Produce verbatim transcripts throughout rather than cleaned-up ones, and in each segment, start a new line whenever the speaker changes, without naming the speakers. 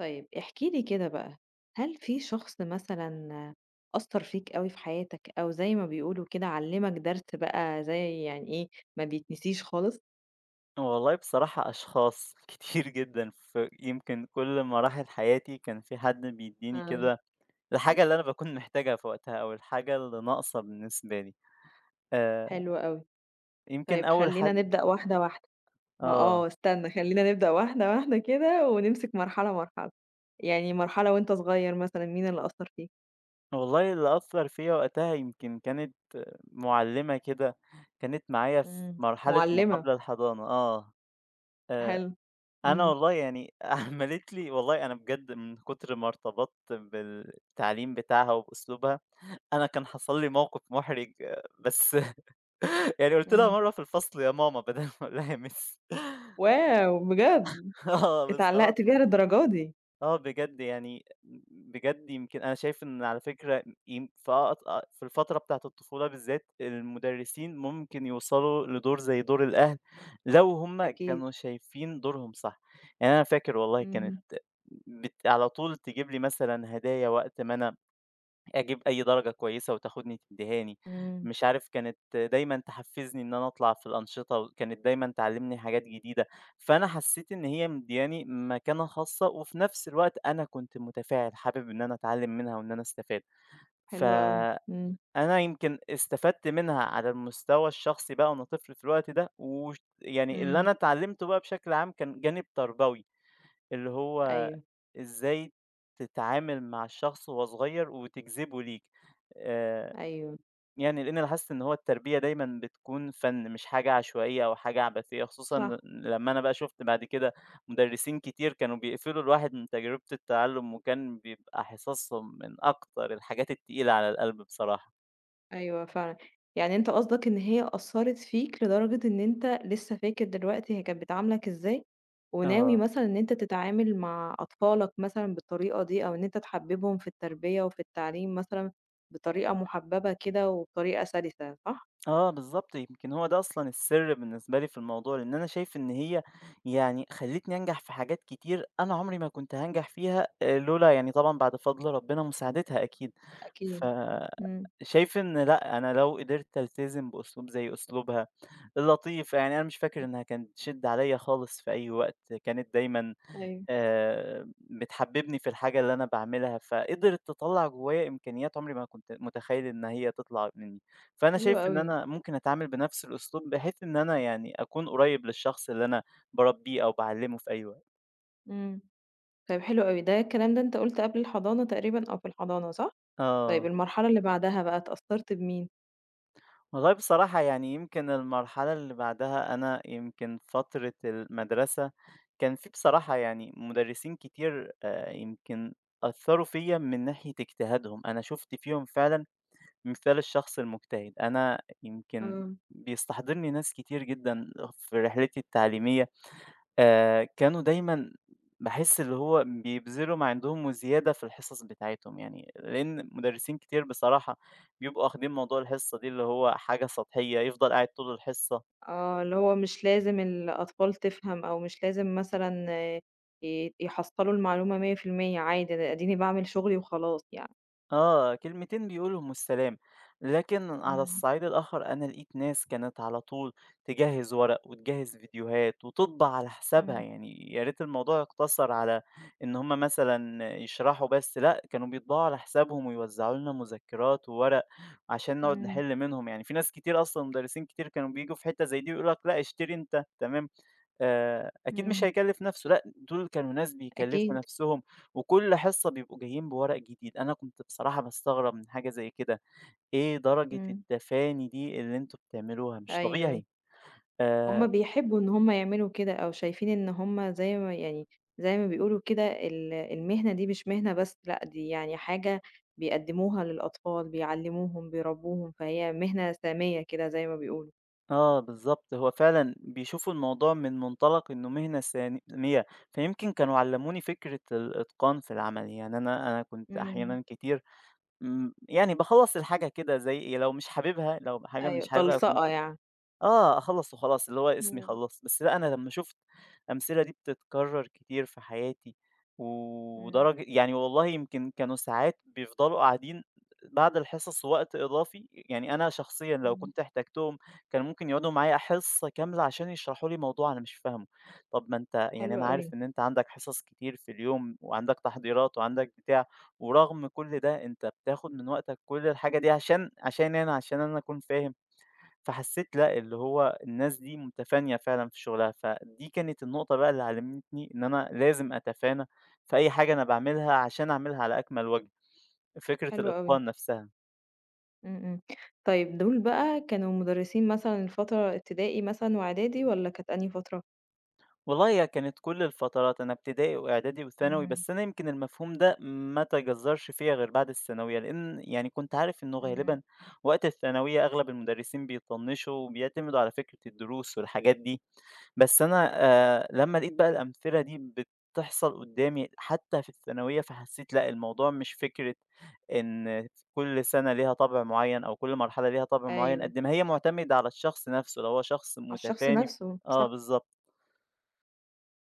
طيب احكِ لي كده بقى، هل في شخص مثلًا أثّر فيك أوي في حياتك أو زي ما بيقولوا كده علّمك درس بقى زي يعني إيه، ما بيتنسيش خالص؟
والله بصراحة أشخاص كتير جدًا، فيمكن كل مراحل حياتي كان في حد بيدّيني
آه.
كده الحاجة اللي أنا باكون محتاجها في وقتها أو الحاجة اللي ناقصة بالنسبة لي. آآ،
حلو أوي،
يمكن
طيب
أول
خلّينا
حد
نبدأ واحدة، واحدة، ما
آه،
آه استنى خلّينا نبدأ واحدة، واحدة كده ونمسك مرحلة، مرحلة، يعني مرحلة وأنت صغير مثلًا مين اللي أثّر فيك؟
والله اللي أثّر فيّا وقتها يمكن كانت مُعلِّمة كده، كانت معايا في
إمم،
مرحلة ما
مُعلّمة،
قبل الحضانة آه، آآ،
حلو،
أنا
إمم،
والله يعني عملت لي والله أنا بجد من كتر ما ارتبطت بالتعليم بتاعها وبأسلوبها أنا كان حصل لي موقف محرج آه، بس يعني قُلت لها
إمم،
مرّة في الفصل يا ماما بدل ما أقول لها يا مِس
واو! بجد
آه
اتعلّقت
بصراحة.
بيها للدرجة دي؟
آه بجد يعني بجد يمكن أنا شايف إن على فكرة يم في أق في الفترة بتاعة الطفولة بالذات المدرسين ممكن يوصلوا لدور زي دور الأهل لو هُم
أكيد،
كانوا شايفين دورهم صح، يعني أنا فاكر والله كانت
اهم،
بت على طول تجيب لي مثلًا هدايا وقت ما أنا أجيب أي درجة كويسة وتاخدني تدّيهاني،
إمم.
مش عارف كانت دايمًا تحفّزني إن أنا أطلع في الأنشطة، وكانت دايمًا تعلّمني حاجات جديدة، فأنا حسّيت إن هي مدّياني مكانة خاصة، وفي نفس الوقت أنا كنت متفاعل حابب إن أنا أتعلّم منها وإن أنا أستفاد.
حلو أوي،
فأنا
إمم،
يمكن استفدت منها على المستوى الشخصي بقى وأنا طفل في الوقت ده، وش يعني اللي أنا
إمم،
اتعلّمته بقى بشكل عام كان جانب تربوي. اللي هو
أيوه،
إزاي تتعامل مع الشخص وهو صغير وتجذبه ليك آه،
أيوه،
يعني لأن أنا حاسس إن هو التربية دايما بتكون فن مش حاجة عشوائية أو حاجة عبثية خصوصا
صح،
لما أنا بقى شفت بعد كده مدرسين كتير كانوا بيقفلوا الواحد من تجربة التعلم وكان بيبقى حصصهم من أكتر الحاجات التقيلة على القلب بصراحة.
أيوه فعلًا، يعني أنت قصدك إن هي أثّرت فيك لدرجة إن أنت لسه فاكر دلوقتي هي كانت بتعاملك إزاي، وناوي
اه
مثلًا إن أنت تتعامل مع أطفالك مثلًا بالطريقة دي، أو إن أنت تحببهم في التربية وفي التعليم مثلًا بطريقة محببة كده وبطريقة سلسة، صح؟
آه بالضبط، يمكن هو ده أصلًا السر بالنسبة لي في الموضوع، لإن أنا شايف إن هي يعني خلّتني أنجح في حاجات كتير أنا عمري ما كنت هانجح فيها آآ لولا يعني طبعًا بعد فضل ربنا مساعدتها أكيد.
أكيد، إمم،
فشايف إن لأ، أنا لو قدرت ألتزم بأسلوب زي أسلوبها اللطيف، يعني أنا مش فاكر إنها كانت بتشِد عليّا خالص في أي وقت، كانت دايمًا
أيوه،
آآ بتحببني في الحاجة اللي أنا باعملها، فقدرت تطلّع جوايا إمكانيات عمري ما كنت متخيل إن هي تطلع مني، فأنا
حلو
شايف إن
أوي،
أنا ممكن أتعامل بنفس الأسلوب بحيث إن أنا يعني أكون قريب للشخص اللي أنا باربيه أو باعلمه في أي وقت.
إمم، طيب حلو أوي، ده الكلام ده أنت قُلت قبل الحضانة تقريبًا أو في الحضانة، صح؟ طيب
آه،
المرحلة اللي بعدها بقى اتأثّرت بمين؟
والله بصراحة يعني يمكن المرحلة اللي بعدها أنا يمكن فترة المدرسة، كان في بصراحة يعني مدرسين كتير آآ يمكن أثّروا فيّا من ناحية اجتهادهم، أنا شُفت فيهم فعلًا مثال الشخص المجتهد أنا يمكن
آه.
بيستحضرني ناس كتير جدًا في رحلتي التعليمية، آآ، كانوا دايمًا باحس اللي هو بيبذلوا ما عندهم وزيادة في الحصص بتاعتهم، يعني لأن مدرسين كتير بصراحة بيبقوا واخدين موضوع الحصة دي اللي هو حاجة سطحية، يفضل قاعد طول الحصة
آه، اللي هو مش لازم الأطفال تفهم أو مش لازم مثلًا آه، ي يحصّلوا المعلومة مية في المية عادي أنا أديني باعمل شغلي وخلاص يعني.
آه، كلمتين بيقولهم والسلام، لكن على
إمم،
الصعيد الآخر أنا لقيت ناس كانت على طول تجهّز ورق وتجهّز فيديوهات وتطبع على حسابها،
إمم،
يعني يا ريت الموضوع يقتصر على إن هم مثلًا يشرحوا بس، لأ، كانوا بيطبعوا على حسابهم ويوزعوا لنا مذكرات وورق عشان نقعد
إمم،
نحل منهم، يعني في ناس كتير أصلًا مدرسين كتير كانوا بييجوا في حتة زي دي ويقولوا لك لأ، اشتري أنت، تمام. آآ أكيد مش
إمم،
هيكلّف نَفْسه، لأ دول كانوا ناس بيكلّفوا
أكيد،
نَفْسهم، وكل حصة بيبقوا جايين بورق جديد، أنا كنت بصراحة باستغرب من حاجة زي كده، إيه درجة
إمم،
التفاني دي اللي أنتم بتعملوها مش
أيوه،
طبيعي.
هُم
آآ
بيحبّوا إن هُم يعملوا كده أو شايفين إن هُم زي ما يعني زي ما بيقولوا كده ال المهنة دي مش مهنة بس، لأ دي يعني حاجة بيقدّموها للأطفال، بيعلّموهم، بيربّوهم، فهي مهنة سامية كده زي ما بيقولوا.
آه بالضبط، هو فعلًا بيشوفوا الموضوع من منطلق إنه مهنة ثانوية، فيمكن كانوا علّموني فكرة الإتقان في العمل، يعني أنا أنا كنت
إمم،
أحيانًا كتير امم، يعني باخلّص الحاجة كده زي إيه، لو مش حاببها لو حاجة
أيوه
مش حاببها كنت
طلْسَقة يعني،
آه، أخلّص وخلاص، اللي هو اسمي
إمم،
خلّصت، بس لأ، أنا لمّا شُفت الأمثلة دي بتتكرّر كتير في حياتي،
إمم،
ودرجة يعني والله يمكن كانوا ساعات بيفضلوا قاعدين بعد الحصص وقت إضافي، يعني أنا شخصيًا لو
إمم،
كنت احتاجتهم كان ممكن يقعدوا معايا حصة كاملة عشان يشرحوا لي موضوع أنا مش فاهمه. طَب ما أنت يعني
حلو
أنا عارف
أوي،
إن أنت عندك حصص كتير في اليوم وعندك تحضيرات وعندك بتاع، ورغم كل ده أنت بتاخد من وقتك كل الحاجة دي عشان عشان أنا، عشان أنا أكون فاهم. فحسيت لأ، اللي هو الناس دي متفانية فعلًا في شغلها، فدي كانت النقطة بقى اللي علمتني إن أنا لازم أتفانى في أي حاجة أنا باعملها عشان أعملها على أكمل وجه، فكرة
حلو أوي،
الإتقان نفسها.
إمم، إمم، طيب دول بقى كانوا مُدرّسين مثلًا الفترة ابتدائي مثلًا وإعدادي والّا كانت أنهي فترة؟
والله هي كانت كل الفترات، أنا ابتدائي وإعدادي وثانوي،
إمم،
بس أنا يمكن المفهوم ده ما تجذرش فيّا غير بعد الثانوية، لإن يعني كنت عارف إنه
إمم،
غالبًا وقت الثانوية أغلب المدرسين بيطنشوا وبيعتمدوا على فكرة الدروس والحاجات دي. بس أنا آآ لمّا لقيت بقى الأمثلة دي بتحصل قدّامي حتى في الثانوية، فحسيت لأ، الموضوع مش فكرة إن كل سنة ليها طَبع معيّن أو كل مرحلة ليها طَبع معيّن،
أيوه،
قد ما هي مُعتمدة على الشخص نَفْسه، لو هو شخص
على الشخص
مُتفاني.
نَفْسه،
آه
صح،
بالضبط.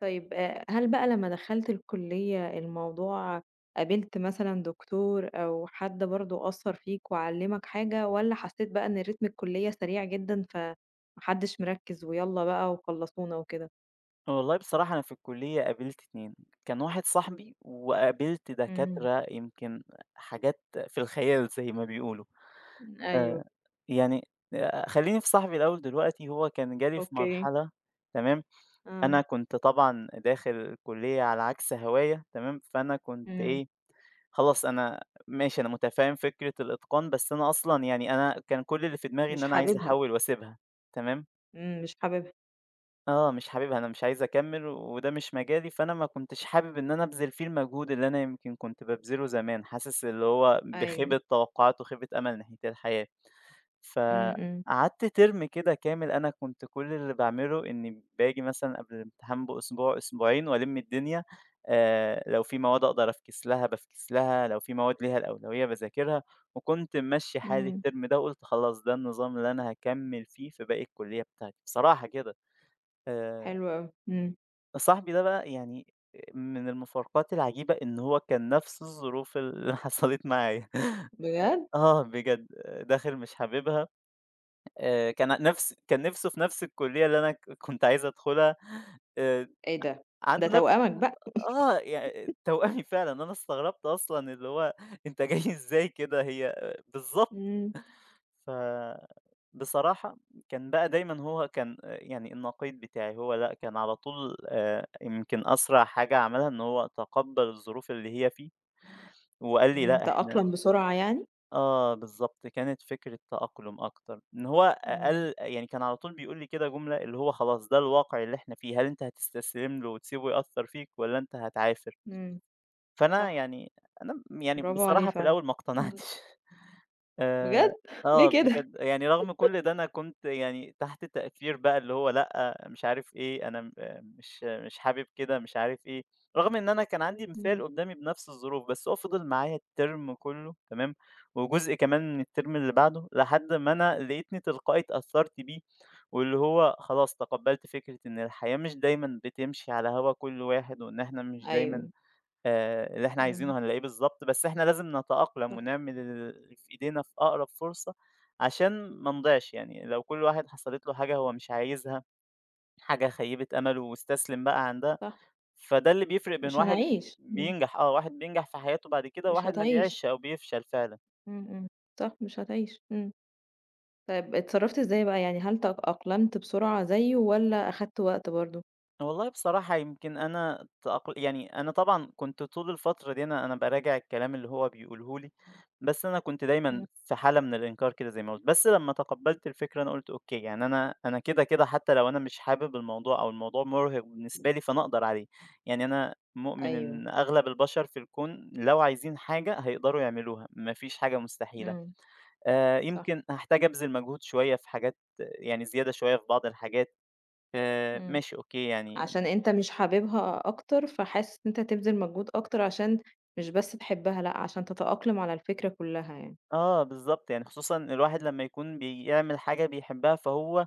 طيب آآ هل بقى لمّا دخلت الكُلّية الموضوع قابلت مثلًا دكتور أو حد برضه أثّر فيك وعلّمك حاجة والّا حسّيت بقى إن رتم الكُلّية سريع جدًا فما حدّش مركّز ويالّا بقى وخلّصونا وكده؟
والله بصراحة أنا في الكُلّية قابلت اتنين، كان واحد صاحبي وقابلت
إمم.
دكاترة يمكن حاجات في الخيال زي ما بيقولوا.
إمم،
آآ
أيوه،
يعني آآ خلّيني في صاحبي الأول دلوقتي، هو كان جالي في
أوكي،
مرحلة تمام؟
آه،
أنا كنت طبعًا داخل الكلية على عكس هواية تمام، فأنا كنت
إمم،
إيه، خلاص أنا ماشي أنا متفهم فكرة الإتقان، بس أنا أصلًا يعني أنا كان كل اللي في دماغي إن
مش
أنا عايز
حاببها،
أحوّل وأسيبها تمام،
إمم، مش حاببها،
آه، مش حاببها أنا مش عايز أكمّل وده مش مجالي، فأنا ما كنتش حابب إن أنا أبذل فيه المجهود اللي أنا يمكن كنت بابذله زمان، حاسس اللي هو
أيوه،
بخيبة توقعات وخيبة أمل ناحية الحياة.
إمم، إمم،
فقعدت ترم كده كامل أنا كنت كل اللي باعمله إني باجي مثلًا قبل الامتحان بأسبوع، أسبوعين وألِم الدنيا، آآ لو في مواد أقدر أفكِس لها بافكِس لها، لو في مواد ليها الأولوية باذاكرها، وكنت ممشّي حالي
إمم،
الترم ده وقُلت خلاص ده النظام اللي أنا هاكمّل فيه في باقي الكلية بتاعتي، بصراحة كده. آآ
حلو أوي، إمم،
صاحبي ده بقى يعني من المفارقات العجيبة إن هو كان نفس الظروف اللي حصلت معايا.
بجد!
آه بجد، داخل مش حاببها آآ كان نفس كان نِفْسه في نفس الكُلّية اللي أنا ك كنت عايز أدخلها، آآ
إيه ده! ده
عنده نفس
توأمك بقى،
آه، يع توأمي فعلًا، أنا استغربت أصلًا اللي هو أنت جاي إزاي كده هي بالضبط.
إمم،
ف بصراحة كان بقى دايمًا هو كان آه، يعني النقيض بتاعي، هو لأ، كان على طول آآ يمكن أسرع حاجة عملها إن هو تقبّل الظروف اللي هي فيه وقال لي:
إمم،
"لأ، إحنا".
تأقلم بسرعة يعني؟
آه، بالضبط، كانت فكرة تأقلُم أكتر، إن هو
إمم،
أقل يعني كان على طول بيقول لي كده جملة اللي هو خلاص ده الواقع اللي إحنا فيه، هل أنت هتستسلم له وتسيبه يأثّر فيك والّا أنت هتعافر؟
إمم،
فأنا
صح،
يعني أنا م يعني
برافو عليه
بصراحة في
فعلًا،
الأول ما
إمم،
اقتنعتش. آآ
بجد! ليه
آه
كده!
بجد، يعني رغم كل ده أنا كنت يعني تحت تأثير بقى اللي هو لأ، مش عارف إيه، أنا م آه، مش مش حابب كده، مش عارف إيه، رغم إن أنا كان عندي مثال
إمم،
قدّامي بنفس الظروف، بس هو فضل معايا الترم كلّه تمام، وجزء كمان من الترم اللي بعده، لحد ما أنا لقيتني تلقائي اتأثرت بيه، واللي هو خلاص تقبلت فكرة إن الحياة مش دايمًا بتمشي على هوا كل واحد، وإن إحنا مش دايمًا
أيوه،
آآ، اللي إحنا
إمم،
عايزينه هنلاقيه بالضبط، بس إحنا لازم نتأقلم
صح،
ونعمل اللي في إيدينا في أقرب فرصة عشان ما نضيعش، يعني لو كل واحد حصلت له حاجة هو مش عايزها، حاجة خيبت أمله واستسلم بقى عندها،
صح،
فده اللي بيفرق بين
مش
واحد
هنعيش، إمم،
بينجح آه، واحد بينجح في حياته بعد كده
مش
وواحد ما بيعيشش
هتعيش،
أو بيفشل فعلًا.
إمم، إمم، صح، مش هتعيش، إمم. طيب اتصرّفت إزاي بقى، يعني هل تأقلمت بسرعة زيّه والّا أخدت وقت برضه؟
والله بصراحة يمكن أنا تأقل يعني أنا طبعًا كنت طول الفترة دي أنا أنا باراجع الكلام اللي هو بيقوله لي، بس أنا كنت دايمًا
إمم،
في حالة من الإنكار كده زي ما قُلت، بس لمّا تقبلت الفكرة أنا قُلت أوكي، يعني أنا أنا كده، كده حتى لو أنا مش حابب الموضوع أو الموضوع مُرهق بالنسبة لي فأنا أقدر عليه، يعني أنا مؤمن
أيوه.
إن أغلب البشر في الكون لو عايزين حاجة هيقدروا يعملوها، ما فيش حاجة مستحيلة،
إمم،
آآ،
صح،
يمكن هاحتاج أبذل مجهود شوية في حاجات يعني زيادة شوية في بعض الحاجات، آآ،
إمم،
ماشي أوكي يعني.
عشان أنت مش حاببها أكتر، فحاسس إن أنت هتبذل مجهود أكتر عشان مش بس تحبها، لأ، عشان تتأقلم على الفكرة كلّها يعني،
آه بالضبط، يعني خصوصًا الواحد لمّا يكون بيعمل حاجة بيحبها، فهو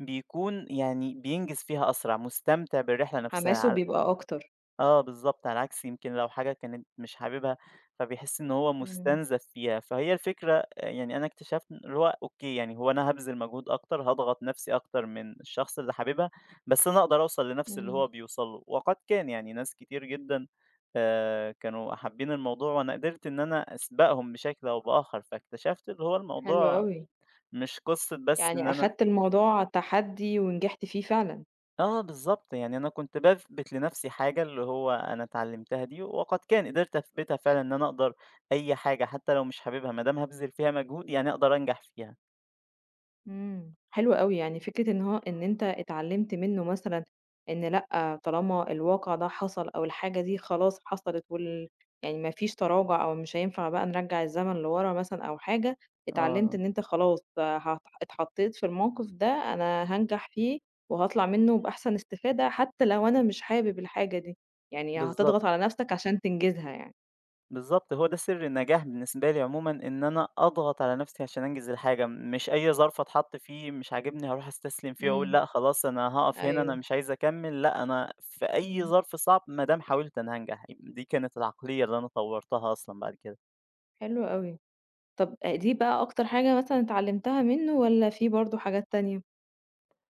بيكون يعني بينجز فيها أسرع، مستمتع بالرحلة نفسها،
حماسه
على
بيبقى أكتر.
آه بالضبط، على عكس يمكن لو حاجة كانت مش حاببها، فبيحس إن هو
إمم،
مستنزف فيها، فهي الفكرة. آه، يعني أنا اكتشفت إن اللي هو أوكي، يعني هو أنا هابذل مجهود أكتر، هاضغط نفسي أكتر من الشخص اللي حاببها، بس أنا أقدر أوصل لنفس اللي هو
إمم.
بيوصل له، وقد كان يعني ناس كتير جدًا آآ كانوا حابين الموضوع وأنا قدرت إن أنا أسبقهم بشكل أو بآخر، فاكتشفت اللي هو
حلو
الموضوع
أوي،
مش قصة بس إن
يعني
أنا
أخدت الموضوع تحدي ونجحت فيه فعلًا.
آه بالضبط، يعني أنا كنت باثبت لنفسي حاجة اللي هو أنا اتعلمتها دي وقد كان، قدرت أثبتها فعلًا إن أنا أقدر أي حاجة حتى لو مش حاببها ما دام هابذل فيها مجهود يعني أقدر أنجح فيها.
إمم، حلو أوي، يعني فكرة إن هو إن أنت اتعلمت منه مثلًا إن لأ، طالما الواقع ده حصل أو الحاجة دي خلاص حصلت وال يعني ما فيش تراجع أو مش هينفع بقى نرجّع الزمن لورا مثلًا أو حاجة، اتعلمت
آه،
إن أنت خلاص هت اتحطيت في الموقف ده أنا هانجح فيه وهاطلع منه بأحسن استفادة حتى لو أنا مش حابب الحاجة دي، يعني
بالضبط،
هتضغط على نفسك عشان تنجزها يعني.
بالضبط، هو ده سر النجاح بالنسبة لي عمومًا إن أنا أضغط على نفسي عشان أنجز الحاجة، مش أي ظرف أتحط فيه مش عاجبني هاروح أستسلم فيه وأقول
إمم،
لأ خلاص أنا هاقف هنا أنا
أيوه،
مش عايز أكمل، لأ أنا في أي
إمم،
ظرف صعب ما دام حاولت أنا هانجح، دي كانت العقلية اللي أنا طورتها أصلًا بعد كده.
حلو أوي. طب أ دي بقى أكتر حاجة مثلًا اتعلمتها منه والّا في برضه حاجات تانية؟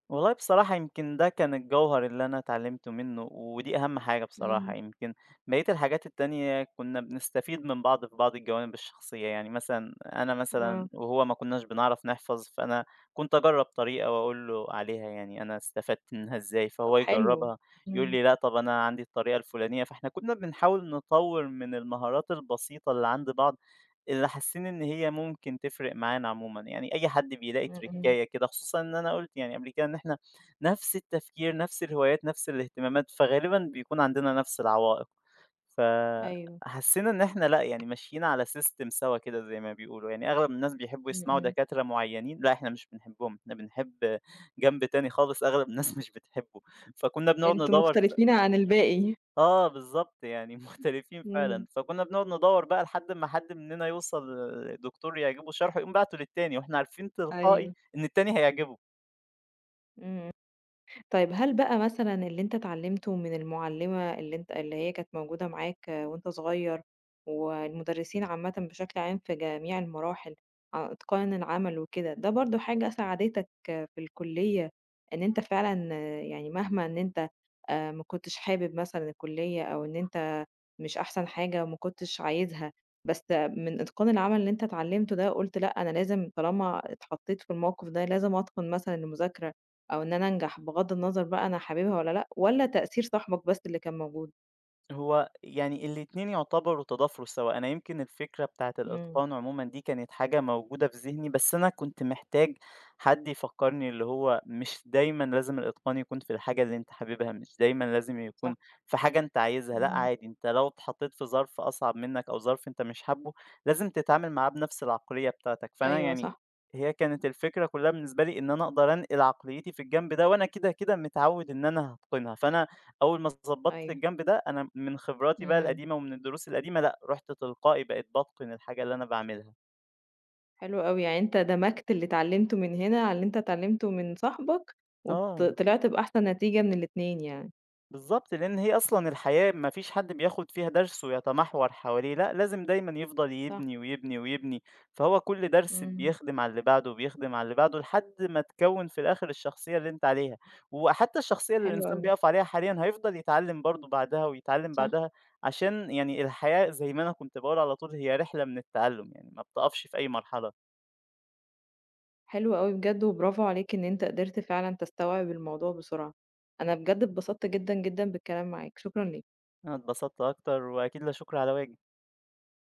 والله بصراحة يمكن ده كان الجوهر اللي أنا اتعلمته منه، ودي أهم حاجة بصراحة،
إمم،
يمكن بقية الحاجات التانية كنا بنستفيد من بعض في بعض الجوانب الشخصية، يعني مثلًا أنا مثلًا
آه،
وهو ما كناش بنعرف نحفظ، فأنا كنت أجرب طريقة وأقول له عليها يعني أنا استفدت منها إزاي،
طب
فهو
حلو،
يجربها يقول
إمم،
لي لأ طب أنا عندي الطريقة الفلانية، فإحنا كنا بنحاول نطوّر من المهارات البسيطة اللي عند بعض اللي حاسين إن هي ممكن تفرق معانا عمومًا، يعني أي حد بيلاقي
إمم، إمم،
تركاية كده، خصوصًا إن أنا قُلت يعني قبل كده إن إحنا نفس التفكير، نفس الهوايات، نفس الاهتمامات، فغالبًا بيكون عندنا نفس العوائق،
أيوه،
فحسينا إن إحنا لأ، يعني ماشيين على system سوا كده زي ما بيقولوا، يعني أغلب الناس بيحبوا
إمم،
يسمعوا
إمم،
دكاترة معينين، لأ إحنا مش بنحبهم، إحنا بنحب جنب تاني خالص أغلب الناس مش بتحبه، فكنا بنقعد
أنتم
ندوّر س
مختلفين عن الباقي،
آه بالضبط، يعني مختلفين فعلًا،
إمم،
فكُنّا بنقعد ندوّر بقى لحد ما حد مننا يوصل لدكتور يعجبه الشرح، يقوم باعته للتاني، وإحنا عارفين تلقائي
أيوه،
إن التاني هيعجبه.
إمم. طيب هل بقى مثلًا اللي أنت اتعلمته من المُعلِّمة اللي أنت اللي هي كانت موجودة معاك وأنت صغير، والمُدرسين عامةً بشكل عام في جميع المراحل، ع إتقان العمل وكده، ده برضه حاجة ساعدتك في الكُلّية إن أنت فعلًا يعني مهما إن أنت آآ ما كنتش حابب مثلًا الكُلّية أو إن أنت مش أحسن حاجة وما كنتش عايزها، بس من إتقان العمل اللي أنت اتعلمته ده قُلت لأ، أنا لازم طالما اتحطّيت في الموقف ده لازم أتقن مثلًا المذاكرة. أو إن أنا أنجح بغض النظر بقى أنا حاببها والّا لأ، والّا تأثير صاحبك بس اللي كان موجود؟
هو يعني الاتنين يعتبروا تضافروا سوا، أنا يمكن الفكرة بتاعة
إمم،
الإتقان عمومًا دي كانت حاجة موجودة في ذهني، بس أنا كنت محتاج حد يفكّرني اللي هو مش دايمًا لازم الإتقان يكون في الحاجة اللي أنت حاببها، مش دايمًا لازم
صح،
يكون في حاجة أنت عايزها، لأ
إمم،
عادي أنت لو اتحطيت في ظرف أصعب منك أو ظرف أنت مش حابه، لازم تتعامل معاه بنفس العقلية بتاعتك، فأنا
أيوه
يعني
صح،
هي كانت الفكرة كلّها بالنسبة لي إن أنا أقدر أنقل عقليتي في الجنب ده، وأنا كده، كده متعوّد إن أنا هاتقنها، فأنا أول ما ضبطت
أيوه،
الجنب ده، أنا من خبراتي بقى
إمم،
القديمة ومن الدروس القديمة لأ، رُحت تلقائي بقيت باتقن الحاجة اللي أنا باعملها.
حلو أوي، يعني أنت دمجت اللي اتعلمته من هنا على اللي أنت اتعلمته من صاحبك وط
آه.
طلعت بأحسن نتيجة من الاتنين يعني،
بالضبط، لإن هي أصلًا الحياة ما فيش حد بياخد فيها درس ويتمحور حواليه، لأ، لازم دايمًا يفضل
صح،
يبني، ويبني، ويبني، فهو كل درس
إمم،
بيخدم على اللي بعده، وبيخدم على اللي بعده، لحد ما تكوّن في الآخر الشخصية اللي أنت عليها، وحتى الشخصية اللي
حلو
الإنسان
أوي،
بيقف عليها حاليًا هيفضل يتعلم برضه بعدها، ويتعلم
صح،
بعدها، عشان يعني الحياة زي ما أنا كنت باقول على طول هي رحلة من التعلم، يعني ما بتقفش في أي مرحلة.
حلو أوي بجد وبرافو عليك إن أنت قدرت فعلًا تستوعب الموضوع بسرعة، أنا بجد اتبسطت جدًا، جدًا بالكلام معاك، شكرًا ليك.
أنا اتبسطت أكتر، وأكيد لا شكر على واجب.